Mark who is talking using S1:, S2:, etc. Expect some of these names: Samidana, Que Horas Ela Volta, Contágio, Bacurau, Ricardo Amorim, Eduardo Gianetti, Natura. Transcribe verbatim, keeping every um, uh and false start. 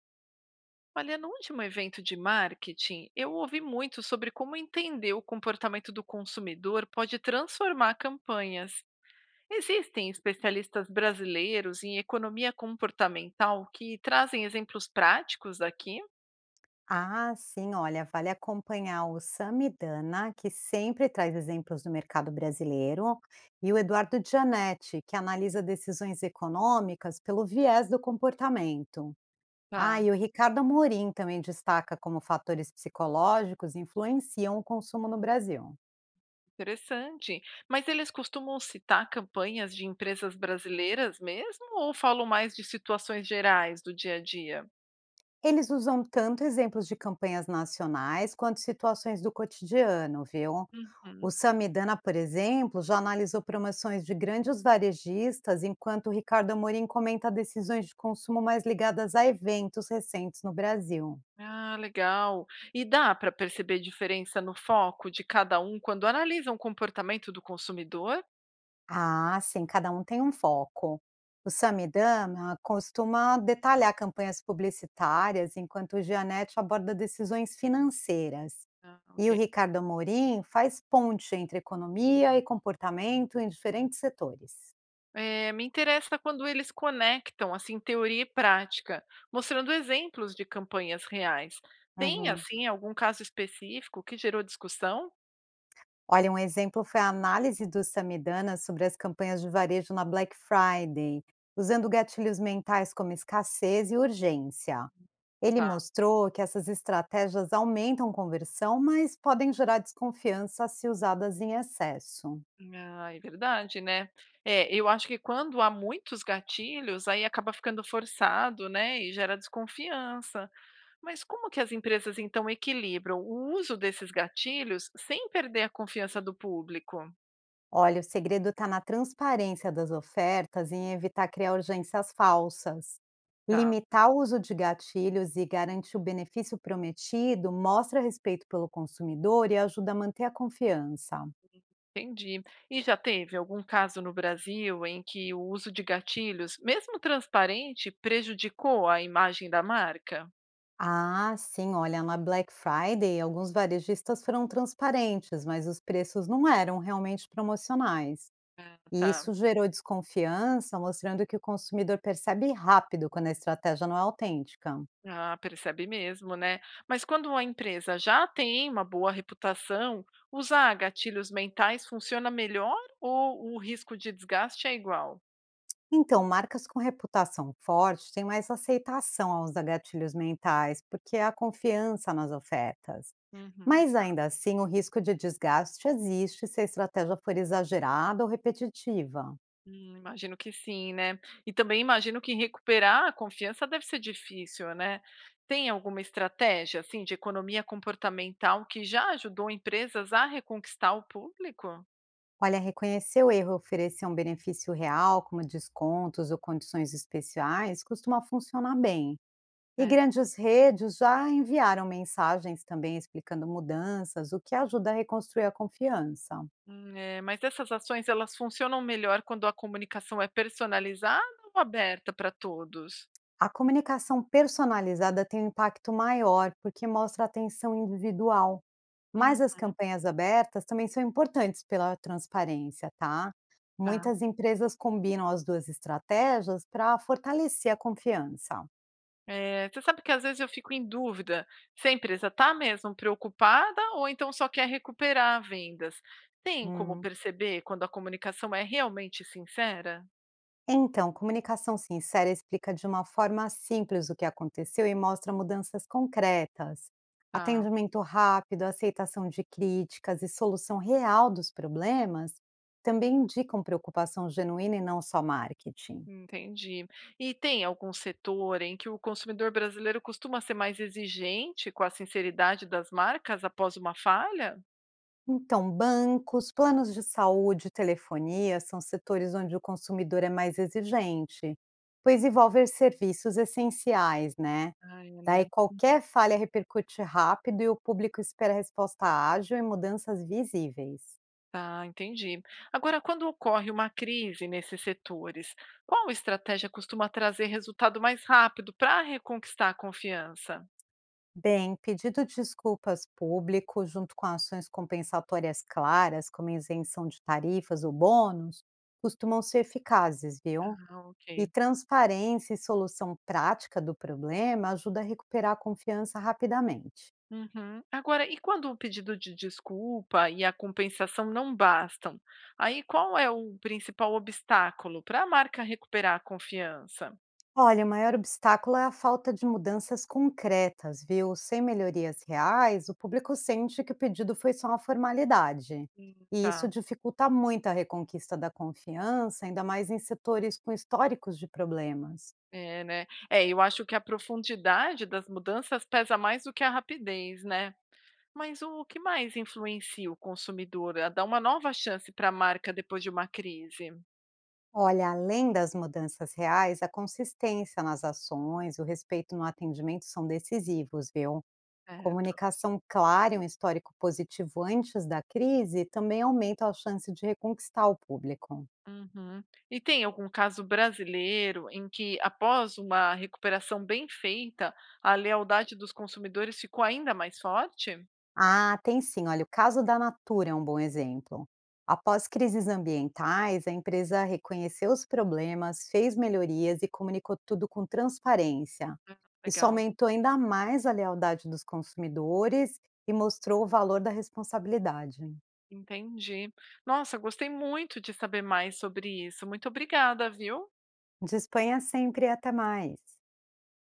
S1: Olha, no último evento de marketing, eu ouvi muito sobre como entender o comportamento do consumidor pode transformar campanhas. Existem especialistas brasileiros em economia comportamental que trazem exemplos práticos aqui?
S2: Ah, sim, olha, vale acompanhar o Samidana, que sempre traz exemplos do mercado brasileiro, e o Eduardo Gianetti, que analisa decisões econômicas pelo viés do comportamento. Ah,
S1: Tá,
S2: e o Ricardo Amorim também destaca como fatores psicológicos influenciam o consumo no Brasil.
S1: interessante. Mas eles costumam citar campanhas de empresas brasileiras mesmo ou falam mais de situações gerais do dia a dia?
S2: Eles usam tanto exemplos de campanhas nacionais quanto situações do cotidiano, viu?
S1: Uhum.
S2: O Samidana, por exemplo, já analisou promoções de grandes varejistas, enquanto o Ricardo Amorim comenta decisões de consumo mais ligadas a eventos recentes no Brasil.
S1: Ah, legal. E dá para perceber diferença no foco de cada um quando analisam o comportamento do consumidor?
S2: Ah, sim, cada um tem um foco. O Samidana costuma detalhar campanhas publicitárias, enquanto o Gianetti aborda decisões financeiras.
S1: Ah, ok.
S2: E o Ricardo Amorim faz ponte entre economia e comportamento em diferentes setores.
S1: Eh, me interessa quando eles conectam assim teoria e prática, mostrando exemplos de campanhas reais. Tem
S2: Uhum.
S1: assim algum caso específico que gerou discussão?
S2: Olha, um exemplo foi a análise do Samidana sobre as campanhas de varejo na Black Friday, usando gatilhos mentais como escassez e urgência. Ele
S1: Tá.
S2: mostrou que essas estratégias aumentam conversão, mas podem gerar desconfiança se usadas em excesso.
S1: Ah, é verdade, né? É, eu acho que quando há muitos gatilhos, aí acaba ficando forçado, né? E gera desconfiança. Mas como que as empresas então equilibram o uso desses gatilhos sem perder a confiança do público?
S2: Olha, o segredo está na transparência das ofertas e em evitar criar urgências falsas.
S1: Tá,
S2: Limitar o uso de gatilhos e garantir o benefício prometido mostra respeito pelo consumidor e ajuda a manter a confiança.
S1: entendi. E já teve algum caso no Brasil em que o uso de gatilhos, mesmo transparente, prejudicou a imagem da marca?
S2: Ah, sim, olha, na Black Friday, alguns varejistas foram transparentes, mas os preços não eram realmente promocionais.
S1: Ah,
S2: E
S1: tá.
S2: isso gerou desconfiança, mostrando que o consumidor percebe rápido quando a estratégia não é autêntica.
S1: Ah, percebe mesmo, né? Mas quando a empresa já tem uma boa reputação, usar gatilhos mentais funciona melhor ou o risco de desgaste é igual?
S2: Então, marcas com reputação forte têm mais aceitação aos gatilhos mentais, porque há confiança nas ofertas.
S1: Uhum.
S2: Mas ainda assim, o risco de desgaste existe se a estratégia for exagerada ou repetitiva.
S1: Hum, imagino que sim, né. E também imagino que recuperar a confiança deve ser difícil, né. Tem alguma estratégia, assim, de economia comportamental que já ajudou empresas a reconquistar o público?
S2: Olha, reconhecer o erro e oferecer um benefício real, como descontos ou condições especiais, costuma funcionar bem. E
S1: Certo.
S2: grandes redes já enviaram mensagens também explicando mudanças, o que ajuda a reconstruir a confiança.
S1: Hum, eh, mas essas ações elas funcionam melhor quando a comunicação é personalizada ou aberta para todos?
S2: A comunicação personalizada tem um impacto maior, porque mostra atenção individual.
S1: Uhum.
S2: Mas as campanhas abertas também são importantes pela transparência, tá?
S1: Tá.
S2: Muitas empresas combinam as duas estratégias para fortalecer a confiança.
S1: É, você sabe que às vezes eu fico em dúvida se a empresa está mesmo preocupada ou então só quer recuperar vendas. Tem como
S2: Hum.
S1: perceber quando a comunicação é realmente sincera?
S2: Então, comunicação sincera explica de uma forma simples o que aconteceu e mostra mudanças concretas.
S1: Tá,
S2: Atendimento rápido, aceitação de críticas e solução real dos problemas também indicam preocupação genuína e não só marketing.
S1: entendi. E tem algum setor em que o consumidor brasileiro costuma ser mais exigente com a sinceridade das marcas após uma falha?
S2: Então, bancos, planos de saúde telefonia são setores onde o consumidor é mais exigente, pois envolver serviços essenciais, né?
S1: Ai,
S2: Daí
S1: né?
S2: qualquer falha repercute rápido e o público espera resposta ágil e mudanças visíveis.
S1: Tá, entendi. Agora, quando ocorre uma crise nesses setores, qual estratégia costuma trazer resultado mais rápido para reconquistar a confiança?
S2: Bem, pedido de desculpas público, junto com ações compensatórias claras, como isenção de tarifas ou bônus, costumam ser eficazes, viu?
S1: Ah,
S2: E
S1: ok.
S2: transparência e solução prática do problema ajuda a recuperar a confiança rapidamente.
S1: Uhum. Agora, e quando o pedido de desculpa e a compensação não bastam? Aí, qual é o principal obstáculo para a marca recuperar a confiança?
S2: Olha, o maior obstáculo é a falta de mudanças concretas, viu? Sem melhorias reais, o público sente que o pedido foi só uma formalidade.
S1: Hum,
S2: E isso
S1: Tá.
S2: dificulta muito a reconquista da confiança, ainda mais em setores com históricos de problemas.
S1: É, né? É, eu acho que a profundidade das mudanças pesa mais do que a rapidez, né? Mas o que mais influencia o consumidor a dar uma nova chance para a marca depois de uma crise?
S2: Olha, além das mudanças reais, a consistência nas ações, e o respeito no atendimento são decisivos, viu?
S1: Certo.
S2: Comunicação clara e um histórico positivo antes da crise também aumentam a chance de reconquistar o público.
S1: Uhum. E tem algum caso brasileiro em que, após uma recuperação bem feita, a lealdade dos consumidores ficou ainda mais forte?
S2: Ah, tem sim. Olha, o caso da Natura é um bom exemplo. Após crises ambientais, a empresa reconheceu os problemas, fez melhorias e comunicou tudo com transparência.
S1: Ah,
S2: Isso
S1: legal,
S2: aumentou ainda mais a lealdade dos consumidores e mostrou o valor da responsabilidade.
S1: entendi. Nossa, gostei muito de saber mais sobre isso. Muito obrigada, viu?
S2: Disponha sempre e até mais.